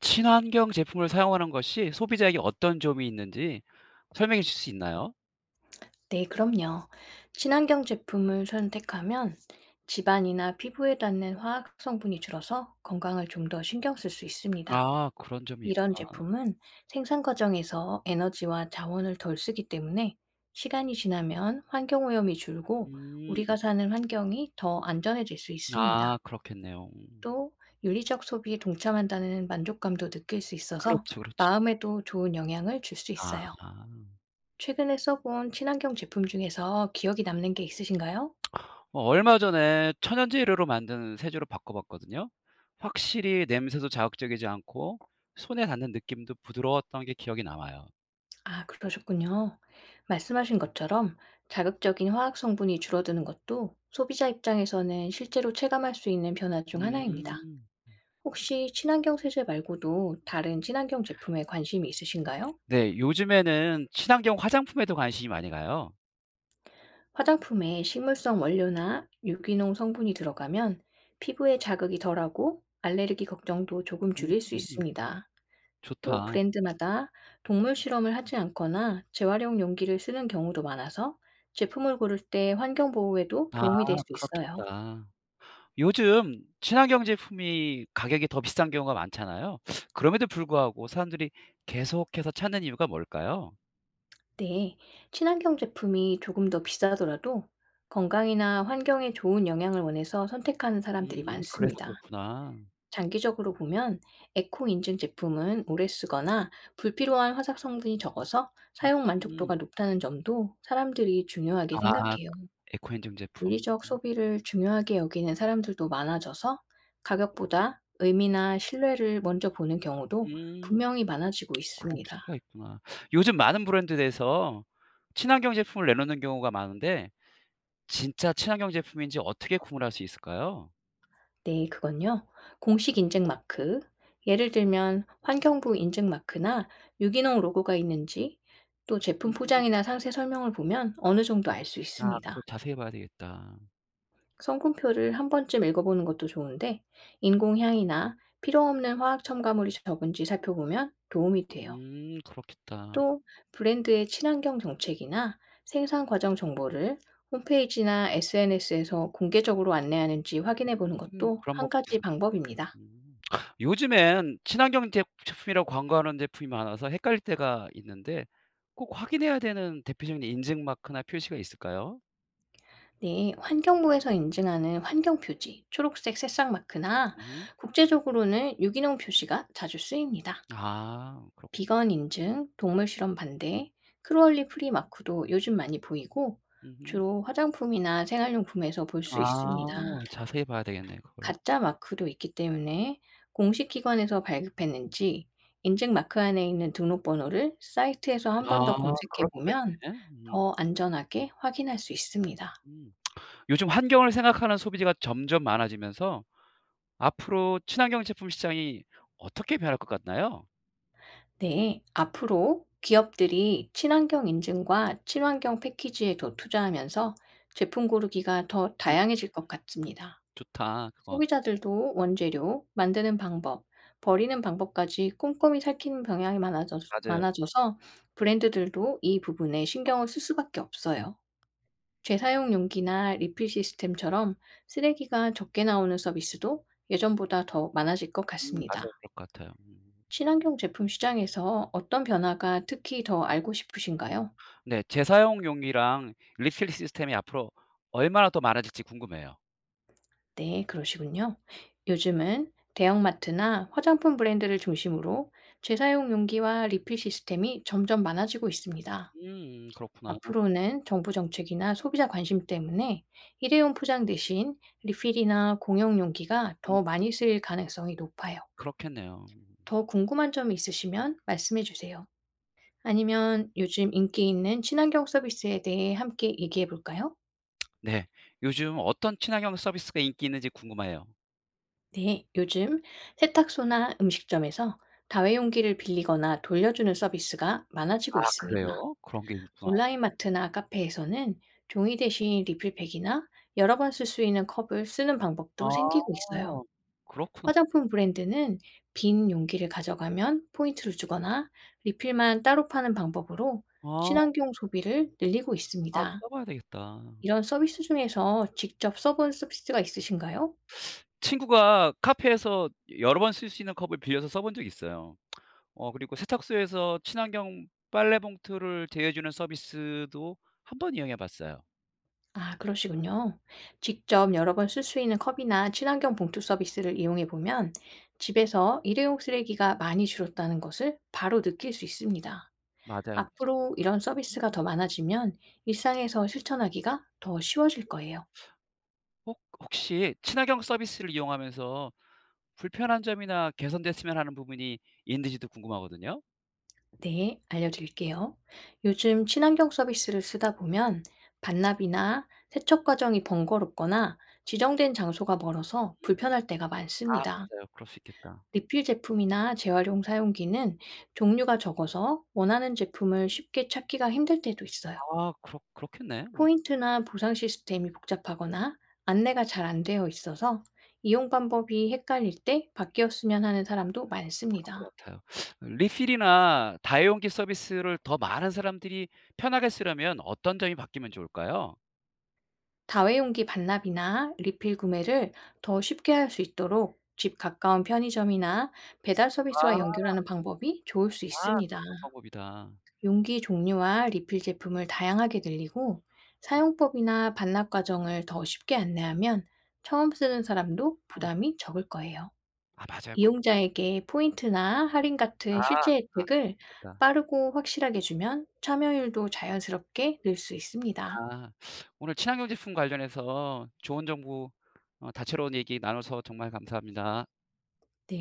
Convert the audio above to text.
친환경 제품을 사용하는 것이 소비자에게 어떤 점이 있는지 설명해 주실 수 있나요? 네, 그럼요. 친환경 제품을 선택하면 집안이나 피부에 닿는 화학 성분이 줄어서 건강을 좀 더 신경 쓸 수 있습니다. 아 그런 점이 이런 있구나. 제품은 생산 과정에서 에너지와 자원을 덜 쓰기 때문에 시간이 지나면 환경 오염이 줄고 음. 우리가 사는 환경이 더 안전해질 수 있습니다. 아 그렇겠네요. 또 윤리적 소비에 동참한다는 만족감도 느낄 수 있어서 그렇죠, 그렇죠. 마음에도 좋은 영향을 줄 수 아. 있어요. 최근에 써본 친환경 제품 중에서 기억이 남는 게 있으신가요? 얼마 전에 천연제 재료로 만든 세제로 바꿔 봤거든요. 확실히 냄새도 자극적이지 않고 손에 닿는 느낌도 부드러웠던 게 기억에 남아요. 아, 그러셨군요. 말씀하신 것처럼 자극적인 화학 성분이 줄어드는 것도 소비자 입장에서는 실제로 체감할 수 있는 변화 중 하나입니다. 음. 혹시 친환경 세제 말고도 다른 친환경 제품에 관심이 있으신가요? 네. 요즘에는 친환경 화장품에도 관심이 많이 가요. 화장품에 식물성 원료나 유기농 성분이 들어가면 피부에 자극이 덜하고 알레르기 걱정도 조금 음 줄일 수 있습니다. 또 좋다. 브랜드마다 동물 실험을 하지 않거나 재활용 용기를 쓰는 경우도 많아서 제품을 고를 때 환경 보호에도 아 도움이 될 수 있어요. 그렇겠다. 요즘 친환경 제품이 가격이 더 비싼 경우가 많잖아요. 그럼에도 불구하고 사람들이 계속해서 찾는 이유가 뭘까요? 네, 친환경 제품이 조금 더 비싸더라도 건강이나 환경에 좋은 영향을 원해서 선택하는 사람들이 음 그래서 많습니다. 그렇구나. 장기적으로 보면 에코 인증 제품은 오래 쓰거나 불필요한 화학 성분이 적어서 사용 음. 만족도가 높다는 점도 사람들이 중요하게 아 생각해요. 에코 행정 제품. 물리적 음. 소비를 중요하게 여기는 사람들도 많아져서 가격보다 의미나 신뢰를 먼저 보는 경우도 음. 분명히 많아지고 그런 있습니다. 추세가 있구나. 요즘 많은 브랜드에서 친환경 제품을 내놓는 경우가 많은데 진짜 친환경 제품인지 어떻게 구분할 수 있을까요? 네, 그건요. 공식 인증 마크, 예를 들면 환경부 인증 마크나 유기농 로고가 있는지 또 제품 음. 포장이나 상세 설명을 보면 어느 정도 알 수 아 그걸 있습니다. 자세히 봐야 되겠다. 성분표를 한 번쯤 읽어보는 것도 좋은데 인공향이나 필요 없는 화학 첨가물이 적은지 살펴보면 도움이 돼요. 그렇겠다. 또 브랜드의 친환경 정책이나 생산 과정 정보를 홈페이지나 SNS에서 공개적으로 안내하는지 확인해 보는 것도 그런 법. 한 가지 방법입니다. 음. 요즘엔 친환경 제 제품이라고 광고하는 제품이 많아서 헷갈릴 때가 있는데 꼭 확인해야 되는 대표적인 인증 마크나 표시가 있을까요? 네, 환경부에서 인증하는 환경 표지, 초록색 새싹 마크나 음. 국제적으로는 유기농 표시가 자주 쓰입니다. 아 그렇 비건 인증, 동물 실험 반대, 크루얼리 프리 마크도 요즘 많이 보이고 음음. 주로 화장품이나 생활용품에서 볼 수 아 있습니다. 자세히 봐야 되겠네 그걸. 가짜 마크도 있기 때문에 공식 기관에서 발급했는지 인증 마크 안에 있는 등록번호를 사이트에서 한 번 아 더 검색해 그럴 수가 보면 있네. 음. 더 안전하게 확인할 수 있습니다. 음. 요즘 환경을 생각하는 소비자가 점점 많아지면서 앞으로 친환경 제품 시장이 어떻게 변할 것 같나요? 네, 앞으로 기업들이 친환경 인증과 친환경 패키지에 더 투자하면서 제품 고르기가 더 음 다양해질 것 같습니다. 좋다 그건. 소비자들도 원재료, 만드는 방법, 버리는 방법까지 꼼꼼히 살피는 경향이 많아져 맞아요. 많아져서 브랜드들도 이 부분에 신경을 쓸 수밖에 없어요. 재사용 용기나 리필 시스템처럼 쓰레기가 적게 나오는 서비스도 예전보다 더 많아질 것 같습니다. 맞아요. 그럴 것 같아요. 음. 친환경 제품 시장에서 어떤 변화가 특히 더 알고 싶으신가요? 네. 재사용용이랑 리필 시스템이 앞으로 얼마나 더 많아질지 궁금해요. 네, 그러시군요. 요즘은 대형마트나 화장품 브랜드를 중심으로 재사용 용기와 리필 시스템이 점점 많아지고 있습니다. 그렇구나. 앞으로는 정부 정책이나 소비자 관심 때문에 일회용 포장 대신 리필이나 공용 용기가 음 더 많이 쓰일 가능성이 높아요. 그렇겠네요. 더 궁금한 점이 있으시면 말씀해 주세요. 아니면 요즘 인기 있는 친환경 서비스에 대해 함께 얘기해 볼까요? 네. 요즘 어떤 친환경 서비스가 인기 있는지 궁금해요. 네, 요즘 세탁소나 음식점에서 다회용기를 빌리거나 돌려주는 서비스가 많아지고 아 있습니다. 음. 그래요? 그런 게 있구나. 온라인 마트나 카페에서는 종이 대신 리필팩이나 여러 번 쓸 수 있는 컵을 쓰는 방법도 아 생기고 있어요. 그렇구나. 화장품 브랜드는 빈 용기를 가져가면 포인트를 주거나 리필만 따로 파는 방법으로 아 친환경 소비를 늘리고 아 있습니다. 써봐야 되겠다. 이런 서비스 중에서 직접 써본 서비스가 있으신가요? 친구가 카페에서 여러 번 쓸 수 있는 컵을 빌려서 써본 적이 있어요. 그리고 세탁소에서 친환경 빨래 봉투를 제휴해 주는 서비스도 한 번 이용해 봤어요. 아 그러시군요. 직접 여러 번 쓸 수 있는 컵이나 친환경 봉투 서비스를 이용해 보면 집에서 일회용 쓰레기가 많이 줄었다는 것을 바로 느낄 수 있습니다. 맞아요. 앞으로 이런 서비스가 더 많아지면 일상에서 실천하기가 더 쉬워질 거예요. 혹 혹시 친환경 서비스를 이용하면서 불편한 점이나 개선됐으면 하는 부분이 있는지도 궁금하거든요. 네, 알려드릴게요. 요즘 친환경 서비스를 쓰다 보면 반납이나 세척 과정이 번거롭거나 지정된 장소가 멀어서 음. 불편할 때가 아 많습니다. 맞아요. 그럴 수 있겠다. 리필 제품이나 재활용 사용기는 종류가 적어서 원하는 제품을 쉽게 찾기가 힘들 때도 있어요. 아 그렇겠네. 음. 포인트나 보상 시스템이 복잡하거나 안내가 잘 안 되어 있어서 이용 방법이 헷갈릴 때 바뀌었으면 하는 사람도 그럴 많습니다. 것 같아요. 리필이나 다용기 서비스를 더 많은 사람들이 편하게 쓰려면 어떤 점이 바뀌면 좋을까요? 다회용기 반납이나 리필 구매를 더 쉽게 할 수 있도록 집 가까운 편의점이나 배달 서비스와 아 연결하는 방법이 좋을 수 아 그 있습니다. 좋은 방법이다. 용기 종류와 리필 제품을 다양하게 늘리고 사용법이나 반납 과정을 더 쉽게 안내하면 처음 쓰는 사람도 아. 부담이 적을 거예요. 아 맞아요. 그렇 이용자에게 포인트나 할인 같은 아 실제 혜택을 좋겠다. 빠르고 확실하게 주면 참여율도 자연스럽게 늘 수 있습니다. 아 오늘 친환경 제품 관련해서 좋은 정보 다채로운 얘기 나눠서 정말 감사합니다. 네.